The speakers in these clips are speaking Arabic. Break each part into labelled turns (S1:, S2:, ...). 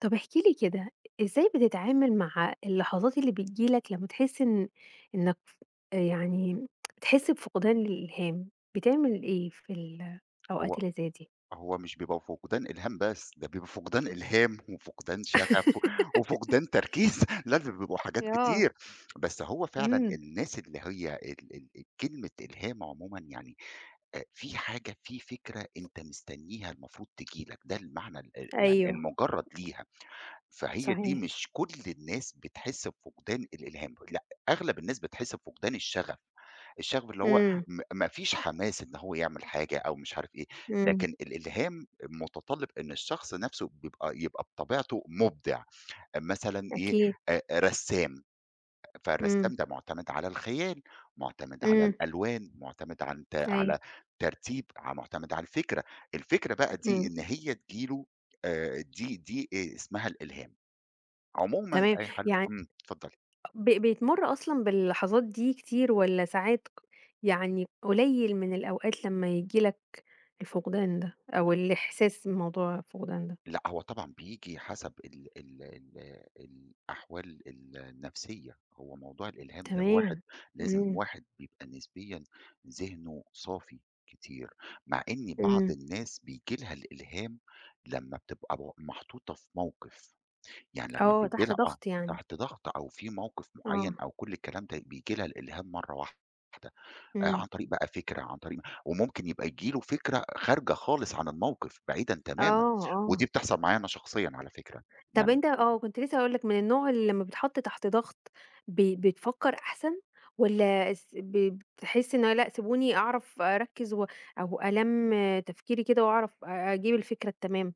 S1: طب احكِ لي كده، إزاي بتتعامل مع اللحظات اللي بتيجي لك لمّا تحس إنك يعني بتحس بفقدان للإلهام؟ بتعمل إيه في الأوقات
S2: هو
S1: اللي زي دي؟
S2: هو مش بيبقى فقدان إلهام بس، ده بيبقى فقدان إلهام وفقدان شغف و وفقدان تركيز، لا ده بيبقوا حاجات
S1: آه،
S2: كتير، بس هو فعلًا
S1: إمم،
S2: الناس اللي هي ال كلمة إلهام عمومًا يعني في حاجة، في فكرة أنت مستنيها المفروض تيجي لك، ده المعنى ال يعني
S1: أيوه،
S2: المجرّد ليها، فهي دي
S1: صحيح،
S2: مش كل الناس بتحس بفقدان الإلهام، لأ أغلب الناس بتحس بفقدان الشغف. الشغف اللي هو
S1: إمم،
S2: ما فيش حماس إن هو يعمل حاجة أو مش عارف إيه،
S1: إمم،
S2: لكن الإلهام متطلب إن الشخص نَفْسه بيبقى يبقى بطبيعته مُبدع، مثلًا إيه،
S1: أكيد،
S2: رسّام،
S1: إمم،
S2: فالرسّام ده مُعتمد على الخيال، مُعتمد على
S1: إمم،
S2: الألوان، مُعتمد عن ت
S1: أيوه،
S2: على ترتيب، مُعتمد على الفكرة، الفكرة بقى دي
S1: إمم،
S2: إن هي تيجي له دي اسمها الإلهام، عمومًا
S1: تمام،
S2: أي حد
S1: يعني
S2: إمم، اتفضلي.
S1: بتمُر أصلًا باللحظات دي كتير، والّا ساعات يعني قليل من الأوقات لمّا ييجي لك الفقدان ده، أو الإحساس بموضوع الفقدان ده؟
S2: لأ، هو طبعًا بييجي حسب ال الأحوال النفسية، هو موضوع الإلهام ده واحد
S1: تمام.
S2: لازم
S1: إمم،
S2: واحد بيبقى نسبيًا ذهنه صافي كتير، مع إن بعض
S1: إمم.
S2: الناس بييجي لها الإلهام لمّا بتبقى محطوطة في موقف، يعني لمّا
S1: آه،
S2: بييجي
S1: تحت
S2: لها آه،
S1: ضغط يعني.
S2: تحت ضغط أو في موقف
S1: آه،
S2: معيّن أو كل الكلام ده بييجي لها الإلهام مرّة واحدة.
S1: إمم.
S2: عن طريق بقى فكرة، عن طريق وممكن يبقى ييجي له فكرة خارجة خالص عن الموقف، بعيدًا تمامًا،
S1: آه، آه.
S2: ودي بتحصل معايا أنا شخصيًا على فكرة،
S1: طب
S2: يعني
S1: أنت، كنت لسه هاقول لك من النوع اللي لمّا بيتحط تحت ضغط بتفكّر أحسن، والّا اس ب بتحس إن لأ، سيبوني أعرف أركّز، أو ألَم تفكيري كده وأعرف أجيب الفكرة التمام؟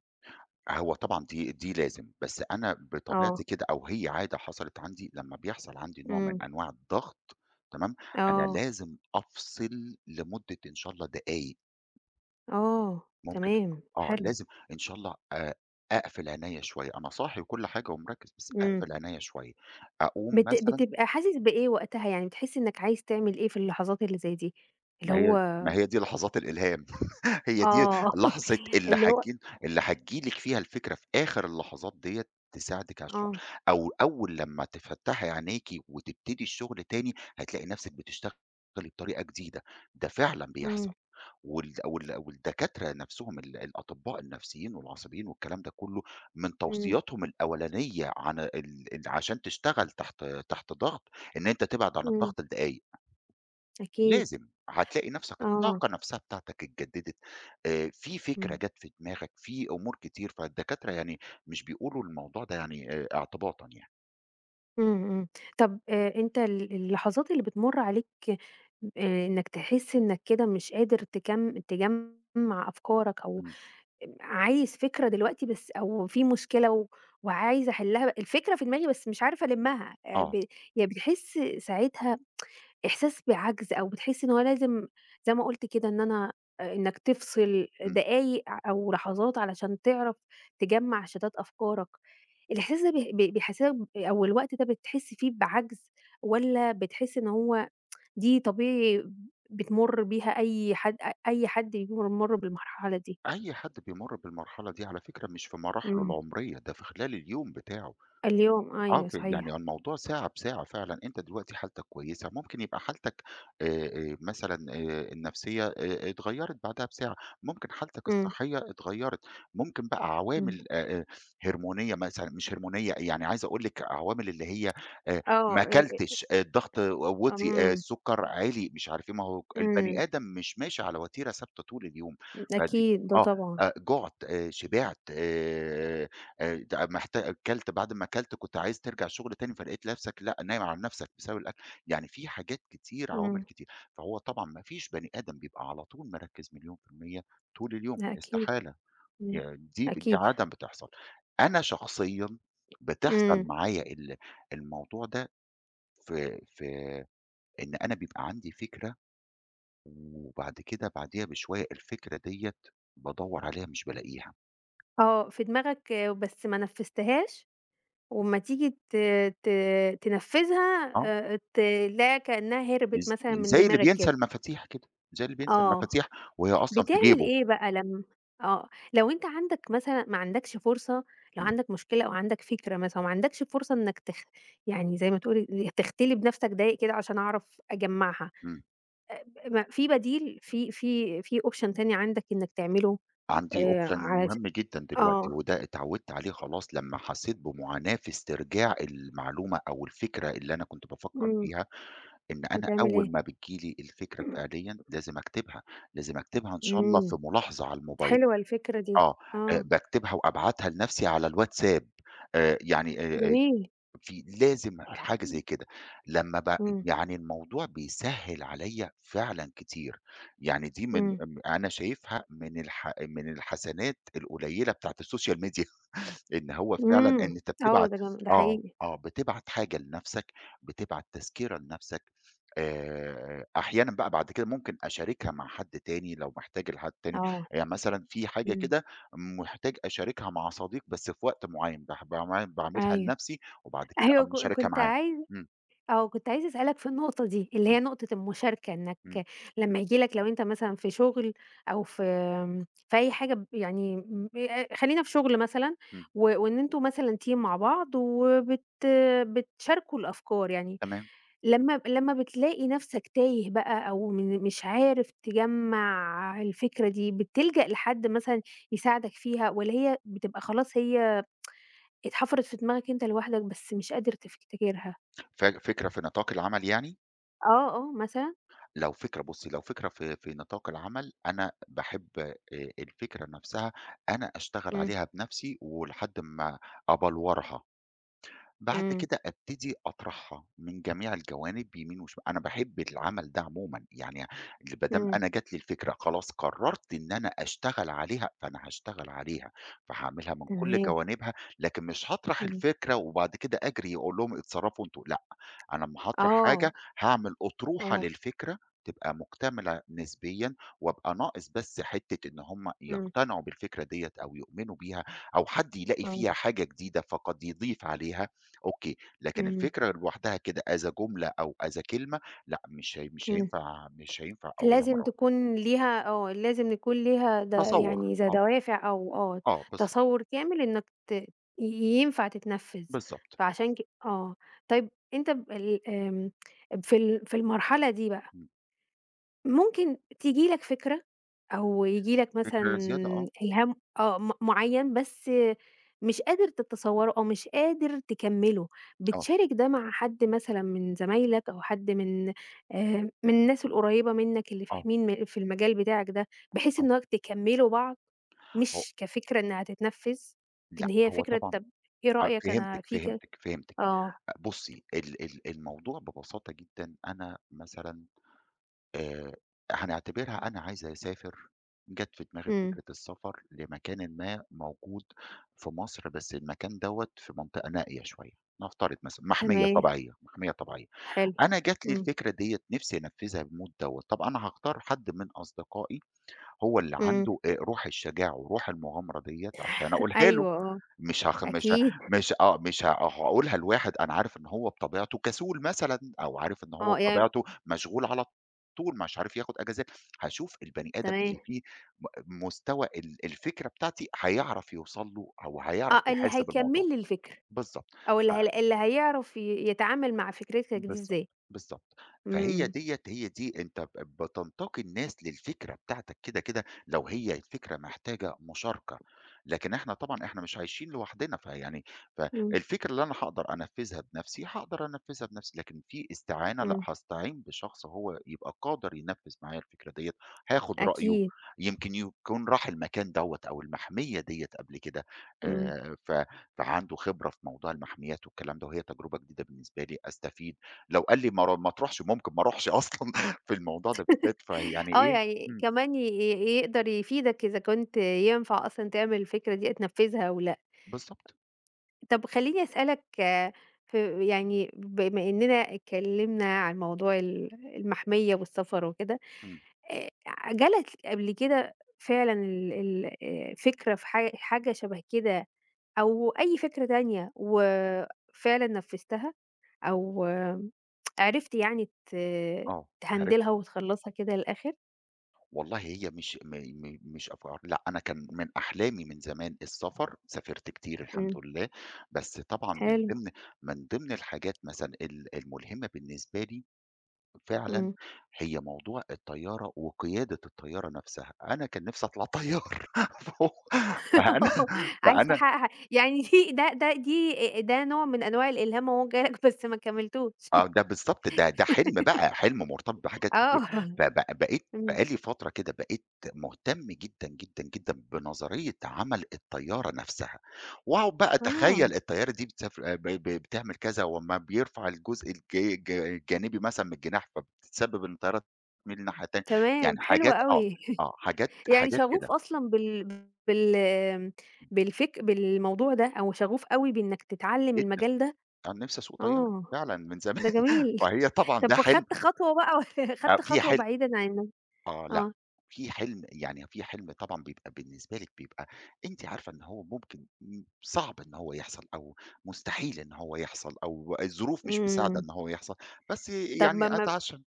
S2: هو طبعًا دي لازم، بس أنا بطبيعتي
S1: آه.
S2: كده أو هي عادة حصلت عندي لمّا بيحصل عندي نوع
S1: إمم.
S2: من أنواع الضغط تمام، أنا
S1: آه،
S2: لازم أفصل لمدة إن شاء الله دقايق،
S1: آه،
S2: ممكن
S1: تمام،
S2: آه،
S1: حلو،
S2: لازم إن شاء الله أقفل عينيّا شوية، أنا صاحي وكل حاجة ومركّز، بس
S1: إمم،
S2: أقفل عينيّا شوية، أقوم
S1: بت
S2: مثلًا
S1: بتبقى حاسس بإيه وقتها؟ يعني بتحس إنك عايز تعمل إيه في اللحظات اللي زي دي؟ اللي
S2: ما هي
S1: هو.
S2: ما هي دي لحظات الإلهام. هي دي
S1: آه.
S2: لحظة اللي
S1: اللي هو.
S2: هتجي اللي هتيجي لِك فيها الفكرة في آخر اللحظات ديّة تساعدِك على الشغل،
S1: آه،
S2: أو أول لمّا تفتّحي عينيكِ وتبتدي الشغل تاني، هتلاقي نفسِك بتشتغلي بطريقة جديدة، ده فعلًا بيحصل،
S1: إمم،
S2: وال وال والدكاترة نفسهم الأطباء النفسيين والعصبيين والكلام ده كله، من
S1: إمم،
S2: توصياتهم الأولانية عن ال ال عشان تشتغل تحت ضغط، إن أنت تبعد عن
S1: إمم،
S2: الضغط لدقايق.
S1: أكيد،
S2: لازم، هتلاقي نفسك
S1: آه،
S2: الطاقة نفسها بتاعتك اتجددت، في فكرة
S1: إمم،
S2: جات في دماغك، في أمور كتير، فالدكاترة يعني مش بيقولوا الموضوع ده يعني اعتباطًا يعني،
S1: إمم، إمم، طب، أنت اللحظات اللي بتمُر عليك، إنك تحس إنك كده مش قادر تجمّع أفكارك، أو
S2: إمم،
S1: عايز فكرة دلوقتي بس، أو في مشكلة وعايزة أحلّها، الفكرة في دماغي بس مش عارفة ألمّها، ب
S2: آه،
S1: يعني بتحس ساعتها إحساس بعجز، أو بتحس إن هو لازم زي ما قُلت كده إن أنا، إنّك تفصل
S2: إمم،
S1: دقايق أو لحظات علشان تعرف تجمّع شتات أفكارك. الإحساس ده بي بي بيحسسك أو الوقت ده بتحس فيه بعجز، والّا بتحس إن هو دي طبيعي بتمُر بيها أي حد؟ أي حد بيمُر بالمرحلة دي؟
S2: أي حد بيمُر بالمرحلة دي على فكرة مش في مراحله
S1: إمم.
S2: العمرية، ده في خلال اليوم بتاعه.
S1: اليوم،
S2: آه،
S1: أيوه صحيح،
S2: يعني الموضوع ساعة بساعة فعلًا، أنت دلوقتي حالتك كويسة، ممكن يبقى حالتك مثلًا النفسية اتغيّرت بعدها بساعة، ممكن حالتك
S1: إمم،
S2: الصحية اتغيّرت، ممكن بقى
S1: إمم،
S2: عوامل هرمونية مثلًا مش هرمونية، يعني عايز أقول لِك عوامل اللي هي آآ، ما
S1: آه، ال أ
S2: أكلتش، آه، الضغط وطي،
S1: إمم،
S2: السكر عِلي، مش عارف إيه، ما هو
S1: إمم،
S2: البني آدم مش ماشي على وتيرة ثابتة طول اليوم، فدي
S1: أكيد ده
S2: آه،
S1: طبعًا،
S2: جُعت، شبعت ده كلت بعد ما كلت كنت عايز ترجع الشغل تاني، فلقيت نفسك لأ، نايم على نفسك بسبب الأكل، يعني في حاجات كتير، عوامل
S1: إمم،
S2: كتير. فهو طبعًا ما فيش بني آدم بيبقى على طول مركّز مليون في المِيّة طول اليوم،
S1: ده أكيد،
S2: استحالة،
S1: إمم،
S2: يعني دي دي
S1: أكيد،
S2: عادةً بتحصل. أنا شخصيًا بتحصل
S1: إمم،
S2: معايا الموضوع ده في إن أنا بيبقى عندي فكرة، وبعد كده بعديها بشوية الفكرة ديّة بادوّر عليها مش بالاقيها.
S1: آه في دماغك بس ما نفّذتهاش، وأمّا تيجي ت ت تنفّذها،
S2: آه.
S1: تلاقيها كأنها هربت مثلًا من
S2: زي اللي
S1: دماغك
S2: بينسى
S1: كده.
S2: المفاتيح كده، زي اللي بينسى
S1: آه.
S2: المفاتيح وهي أصلًا في
S1: بتعمل
S2: جيبه.
S1: إيه بقى؟ لم آه، لو أنت عندك مثلًا ما عندكش فرصة، لو
S2: إمم،
S1: عندك مشكلة أو عندك فكرة مثلًا وما عندكش فرصة إنك يعني زي ما تقول تختلي بنفسك دقايق كده عشان أعرف أجمّعها،
S2: إمم.
S1: آآ، ما في بديل، في option تاني عندك إنك تعمله؟
S2: عندي
S1: آآ،
S2: option
S1: عش
S2: مهم جدًا دلوقتي
S1: آه،
S2: وده اتعودت عليه خلاص لمّا حسيت بمعاناة في استرجاع المعلومة أو الفكرة اللي أنا كنت بافكّر
S1: إمم،
S2: فيها، إن أنا
S1: بتعمل
S2: أول
S1: إيه؟
S2: ما بتيجي لي الفكرة فعليًا لازم أكتبها، لازم أكتبها إن شاء الله في
S1: إمم،
S2: ملاحظة على الموبايل.
S1: حلوة الفكرة دي،
S2: آه،
S1: آه،
S2: باكتبها وأبعتها لنفسي على الواتساب. يعني
S1: جميل،
S2: في لازم حاجة زي كده، لمّا ب
S1: إمم،
S2: يعني الموضوع بيسهّل عليَّ فعلًا كتير، يعني دي من
S1: إمم،
S2: م أنا شايفها من من الحسنات القليلة بتاعة السوشيال ميديا. إن هو فعلًا
S1: إمم،
S2: إن أنت
S1: آه،
S2: بتبعت
S1: ده
S2: آه،
S1: حقيقي،
S2: آه، بتبعت حاجة لنَفْسك، بتبعت تذكرة لنَفْسك، أحيانًا بقى بعد كده ممكن أشاركها مع حد تاني لو محتاج لحد تاني،
S1: آه،
S2: يعني مثلًا في حاجة
S1: إمم،
S2: كده محتاج أشاركها مع صديق بس في وقت معيّن باح باع باعملها
S1: أيوه.
S2: لنَفْسي وبعد كده
S1: أيوه،
S2: أقوم
S1: ك
S2: مشاركها
S1: كنت
S2: معاه.
S1: عايز
S2: إمم،
S1: آه، كنت عايزة أسألك في النقطة دي، اللي
S2: إمم،
S1: هي نقطة المشاركة، إنك
S2: إمم،
S1: لمّا ييجي لك، لو أنت مثلًا في شغل أو في، في أي حاجة يعني م خلّينا في شغل مثلًا،
S2: إمم،
S1: وإن أنتم مثلًا team مع بعض وبت بتشاركوا الأفكار، يعني
S2: تمام،
S1: لمّا بتلاقي نَفْسك تايه بقى، أو مش عارف تجمّع الفكرة دي، بتلجأ لحد مثلًا يساعدك فيها، والّا هي بتبقى خلاص هي اتحفرت في دماغك أنت لوحدك بس مش قادر تفتكرها؟
S2: فكرة في نطاق العمل يعني؟
S1: آه، آه، مثلًا؟
S2: لو فكرة بُصّي، لو فكرة في نطاق العمل، أنا باحب الفكرة نفسها أنا أشتغل
S1: إمم،
S2: عليها بنفسي ولحد ما أبلورها، بعد
S1: إمم،
S2: كده أبتدي أطرحها من جميع الجوانب يمين وشمال، أنا باحب العمل ده عمومًا، يعني ما دام
S1: إمم،
S2: أنا جات لي الفكرة خلاص قررت إن أنا أشتغل عليها، فأنا هاشتغل عليها، فهاعملها من كل
S1: تمام،
S2: جوانبها، لكن مش هاطرح
S1: إمم،
S2: الفكرة وبعد كده أجري أقول لهم اتصرفوا أنتم، أنا أمّا هاطرح حاجة،
S1: آه،
S2: هاعمل أطروحة
S1: آه،
S2: للفكرة تبقى مكتملة نسبيًا، وأبقى ناقص بس حتّة إن هم
S1: إمم،
S2: يقتنعوا بالفكرة ديّة أو يؤمنوا بيها أو حد يلاقي
S1: آه،
S2: فيها حاجة جديدة فقد يضيف عليها أوكي، لكن
S1: إمم،
S2: الفكرة لوحدها كده as a جملة أو as a كلمة لأ، مش
S1: إمم،
S2: هينفع أقولها مرّه
S1: لازم
S2: واحدة.
S1: تكون ليها، لازم يكون ليها،
S2: تصوُّر
S1: يعني زي
S2: آه،
S1: دوافع أو،
S2: آه بالضبط،
S1: تصوُّر كامل إنّك ت ي ينفع تتنفّذ،
S2: بالضبط.
S1: فعشان ك آه، طيب أنت، ب ال آمم، في في المرحلة دي بقى
S2: إمم،
S1: ممكن تيجي لك فكرة، أو ييجي لك مثلًا
S2: فكرة زيادة آه،
S1: إلهام، آه، م معيّن، بس مش قادر تتصوّره أو مش قادر تكمّله،
S2: آه،
S1: بتشارك ده مع حد مثلًا من زمايلك أو حد من، الناس
S2: آه،
S1: القريّبة منّك اللي
S2: آه،
S1: فاهمين في المجال بتاعك ده، بحيث
S2: آه،
S1: إنّك تكمّلوا بعض،
S2: هو
S1: مش كفكرة إنّها هتتنفّذ،
S2: لأ،
S1: إن هي
S2: هو
S1: فكرة.
S2: طبعًا
S1: طَب إيه
S2: آه،
S1: رأيك أنا
S2: فهمتِك،
S1: في ك
S2: فهمتِك، فهمتِك.
S1: آه،
S2: أ بُصّي، ال ال الموضوع ببساطة جدًا، أنا مثلًا آآ، هنعتبرها أنا عايزة أسافر، جات في دماغي
S1: إمم،
S2: فكرة السفر لمكانٍ ما موجود في مصر، بس المكان دوّة في منطقة نائية شوية، نفترض مثلًا محمية
S1: تمام،
S2: طبيعية، محمية طبيعية.
S1: حلو،
S2: أنا جات لي
S1: إمم،
S2: الفكرة ديّة نفسي أنفذها بموت دوّة، طب أنا هاختار حد من أصدقائي هو اللي
S1: إمم،
S2: عنده روح الشجاعة وروح المغامرة ديّة عشان أقولها له.
S1: أيوه، آه،
S2: مش هاخ مش ه
S1: أكيد،
S2: مش آه، مش ه هاقولها لواحد أنا عارف إن هو بطبيعته كسول مثلًا، أو عارف إن هو
S1: آه، يعني
S2: بطبيعته مشغول على طول مش عارف ياخد أجازات، هاشوف البني آدم
S1: تمام.
S2: اللي فيه مستوى الفكرة بتاعتي هيعرف يوصل له أو هيعرف
S1: آه، اللي
S2: يحس بالموضوع،
S1: هيكمّل لي الفكرة،
S2: بالضبط.
S1: أو
S2: ف
S1: اللي هيعرف يتعامل مع فكرتك دي
S2: بالضبط،
S1: إزاي.
S2: بالضبط. فهي
S1: إمم،
S2: ديّة هي دي أنت بتنتقي الناس للفكرة بتاعتك كده، كده لو هي الفكرة محتاجة مشاركة، لكن إحنا طبعًا إحنا مش عايشين لوحدنا، فيعني
S1: إمم،
S2: فالفكرة اللي أنا هاقدر أنفذها بنفسي، هاقدر أنفذها بنفسي، لكن في استعانة لأ،
S1: إمم،
S2: هاستعين بشخص هو يبقى قادر ينفذ معايا الفكرة ديّة، هاخد رأيه،
S1: أكيد،
S2: يمكن يكون راح المكان دوّة أو المحمية ديّة قبل كده
S1: إمم.
S2: ف فعنده خبرة في موضوع المحميات والكلام ده، وهي تجربة جديدة بالنسبة لي، أستفيد. لو قال لي ما تروحش ممكن ما اروحش أصلًا في الموضوع ده بالذات، فيعني
S1: آه،
S2: إيه
S1: يعني
S2: إمم،
S1: كمان ي ي يقدر يفيدك إذا كنت ينفع أصلًا تعمل الفكرة دي، تنفّذها أو لأ.
S2: بالضبط،
S1: طَب خلّيني أسألك، في يعني بما إننا اتكلّمنا عن موضوع المحمية والسفر وكده،
S2: إمم،
S1: آآ جَه لك قبل كده فعلًا ال ال فكرة في حاجة شَبه كده، أو أي فكرة تانية، وفعلًا نفّذتها أو عرفت يعني ت
S2: آه، عرفت،
S1: تهندلها وتخلّصها كده للآخر؟
S2: والله هي مش م م مش أفكار لأ، أنا كان من أحلامي من زمان السفر، سافرت كتير الحمد
S1: إمم،
S2: لله، بس طبعًا من
S1: حلو،
S2: ضمن من ضمن الحاجات مثلًا الملهمة بالنسبة لي فعلًا
S1: إمم،
S2: هي موضوع الطيارة وقيادة الطيارة نفسها، أنا كان نفسي أطلع طيار فهو فأنا
S1: عايز
S2: فأنا
S1: تحقّقها؟ يعني دي، ده نوع من أنواع الإلهام أهو جه لك، بس ما كمّلتوش.
S2: آه، ده بالضبط، ده حلم بقى، حلم مرتبط بحاجات كتير،
S1: آه،
S2: بقيت
S1: إمم،
S2: بقى لي فترة كده بقيت مهتم جدًا، جدًا، جدًا بنظرية عمل الطيارة نفسها، واقعد بقى
S1: آه،
S2: أتخيل الطيارة دي بتسافر آه، ب ب بتعمل كذا، وأمّا بيرفع الجزء الجانبي مثلًا من الجناح، فبتتسبب إن الطيارة تميل الناحية التانية،
S1: تمام،
S2: يعني
S1: حلو
S2: حاجات آه،
S1: أوي،
S2: آه،
S1: يعني
S2: حاجات
S1: شغوف
S2: كده
S1: أصلًا بال بال آمم، بالفك بالموضوع ده، أو شغوف أوي بإنك تتعلّم
S2: جدًا،
S1: المجال ده؟
S2: أنا نفسي أسوق طيارة
S1: آه،
S2: فعلًا من زمان،
S1: ده جميل.
S2: فهي طبعًا ده
S1: طب
S2: حلم
S1: وخدت خطوة بقى، و خدت
S2: آه، في
S1: خطوة
S2: حلم
S1: بعيدًا عن،
S2: آه لأ،
S1: آه،
S2: في حلم يعني في حلم طبعًا بيبقى بالنسبة لِك بيبقى أنتِ عارفة إن هو ممكن صعب إن هو يحصل أو مستحيل إن هو يحصل أو الظروف مش مساعدة
S1: إمم،
S2: إن هو يحصل، بس
S1: طب ما
S2: يعني
S1: أمّا،
S2: أتعشم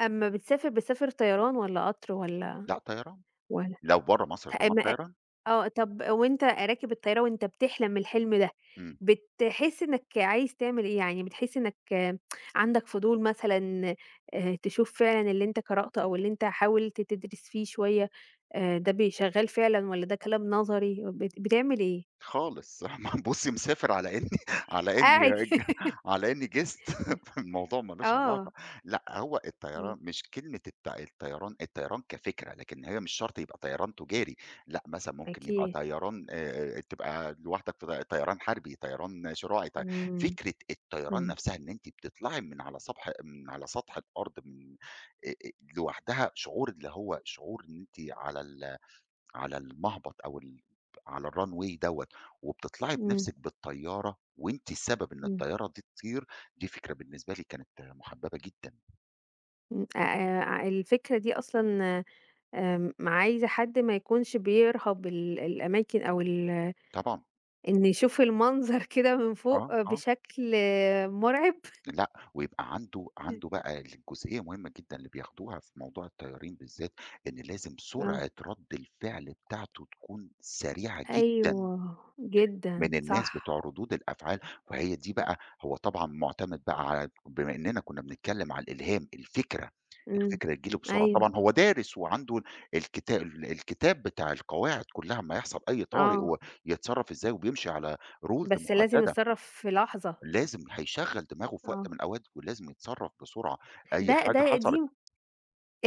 S1: بتسافر طيران والّا قطر والّا
S2: لأ طيران،
S1: والّا
S2: لو برّه مصر طبعًا
S1: أما
S2: طيران.
S1: آه، طب وأنت راكب الطيارة وأنت بتحلم الحلم ده،
S2: إمم.
S1: بتحس إنك عايز تعمل إيه؟ يعني بتحس إنك، عندك فضول مثلًا، تشوف فعلًا اللي أنت قرأته، أو اللي أنت حاولت تدرس فيه شوية، ده شغال فعلًا، والّا ده كلام نظري؟ بتعمل إيه؟
S2: خالص بُصّي مسافر على إني على إني ج
S1: قاعد.
S2: على إني guest فالموضوع ما لوش علاقة،
S1: آه،
S2: لأ هو
S1: إمم،
S2: الطيران مش كلمة الطيران الطيران كفكرة، لكن هي مش شرط يبقى طيران تجاري، لأ مثلًا ممكن يبقى
S1: أكيد.
S2: طيران تبقى لوحدك في طيران حربي، طيران شراعي، ط
S1: إمم،
S2: فكرة الطيران
S1: إمم،
S2: نفسها إن أنتِ بتطلعي من على سطح الأرض من آآ، لوحدها شعور اللي هو شعور إن أنتِ على على المهبط أو على الrunway دوّة، وبتطلعي
S1: إمم،
S2: بنفسِك بالطيارة وأنتِ السبب إن
S1: إمم،
S2: الطيارة دي تطير، دي فكرة بالنسبة لي كانت محببة جدًا،
S1: إمم، الفكرة دي أصلًا، عايزة حد ما يكونش بيرهَب الأماكن أو ال،
S2: طبعًا،
S1: إن يشوف المنظر كده من
S2: آه،
S1: فوق
S2: آه،
S1: بشكل مرعب.
S2: لأ، ويبقى عنده بقى الجزئية مهمة جدًا اللي بياخدوها في موضوع الطيارين بالذات، إن لازم
S1: آه،
S2: سرعة رد الفعل بتاعته تكون سريعة جدًا.
S1: أيوه، جدًا،
S2: من الناس
S1: صح،
S2: بتوع ردود الأفعال، وهي دي بقى هو طبعًا مُعتمد بقى على بما إننا كنا بنتكلّم على الإلهام، الفكرة،
S1: إمم،
S2: الفكرة تيجي له بسرعة،
S1: أيوه،
S2: طبعًا هو دارس وعنده الكتاب بتاع القواعد كلّها أمّا يحصل أي طارئ
S1: آه،
S2: ويتصرّف إزاي وبيمشي على rules
S1: بس لازم
S2: مُحددة،
S1: نتصرّف في لحظة،
S2: لازم هيشغّل دماغه في وقت
S1: آه،
S2: من الأوقات ولازم يتصرّف بسرعة، أي
S1: ده
S2: حاجة
S1: ده دي
S2: حصلت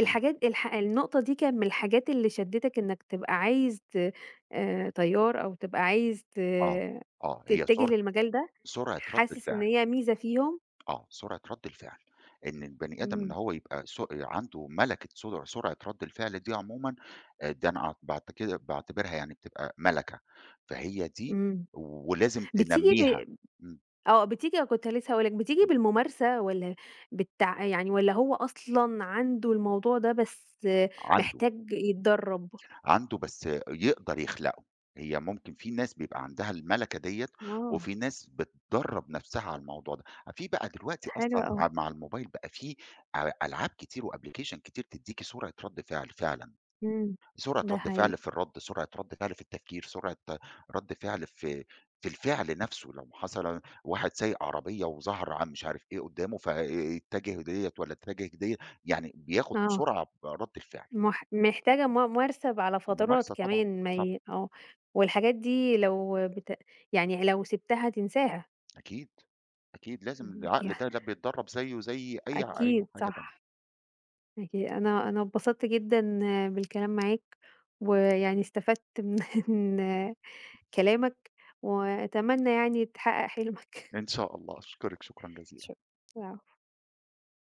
S2: إمم،
S1: الح النقطة دي كان من الحاجات اللي شدّتك إنّك تبقى عايز، ت طيار، أو تبقى عايز ت
S2: آه، آه، هي
S1: تتجه للمجال ده؟
S2: سرعة رَد
S1: حاسس إن
S2: الفعل.
S1: هي ميزة فيهم؟
S2: آه، سرعة رَد الفعل، إن البني آدم إن
S1: إمم،
S2: هو يبقى عنده مَلَكة سرعة رَد الفعل دي عمومًا ده أنا أعت باعت كده باعتبرها يعني بتبقى مَلَكة، فهي دي
S1: إمم،
S2: ولازم
S1: بتيجي،
S2: تنمّيها،
S1: ب
S2: إمم،
S1: آه، بتيجي كنت لسه هاقول لك، بتيجي
S2: إمم،
S1: بالممارسة، والّا يعني والّا هو أصلًا عنده الموضوع ده، بس
S2: عنده،
S1: محتاج يتدرّب؟
S2: عنده بس يقدر يخلقه، هي ممكن في ناس بيبقى عندها المَلَكة ديّة،
S1: آه،
S2: وفي ناس بتدرّب نفسها على الموضوع ده، في بقى دلوقتي
S1: حلو
S2: أصلًا
S1: أوي،
S2: مع الموبايل بقى في ألعاب كتير وapplication كتير تدّيكِ سرعة رَد فعل فعلًا.
S1: إمم،
S2: سرعة
S1: ده
S2: رَد
S1: حقيقي،
S2: فعل في الرَد، سرعة رَد فعل في التفكير، سرعة رَد فعل في الفعل نفسه، لو حصل واحد سايق عربية وظهر مش عارف إيه قدّامه فاتجه ديّة والّا اتجه ديّة، يعني بياخد
S1: آه.
S2: سرعة برَد الفعل،
S1: محتاجة ممارسة على فترات
S2: الممارسة طبعًا،
S1: كمان، ما
S2: طبعًا
S1: ي آه، والحاجات دي لو يعني لو سِبتها تنساها،
S2: أكيد، أكيد لازم
S1: م ي
S2: العقل ده لا بيتدرّب زيه زي أي
S1: أكيد
S2: حاجة
S1: صح.
S2: تانية،
S1: أكيد أنا، اتبسطت جدًا بالكلام معاك، ويعني استفدت من من كلامك، وأتمنى يعني تحقق حلمك.
S2: إن شاء الله، أشكرِك شكرًا جزيلًا.
S1: شكرًا.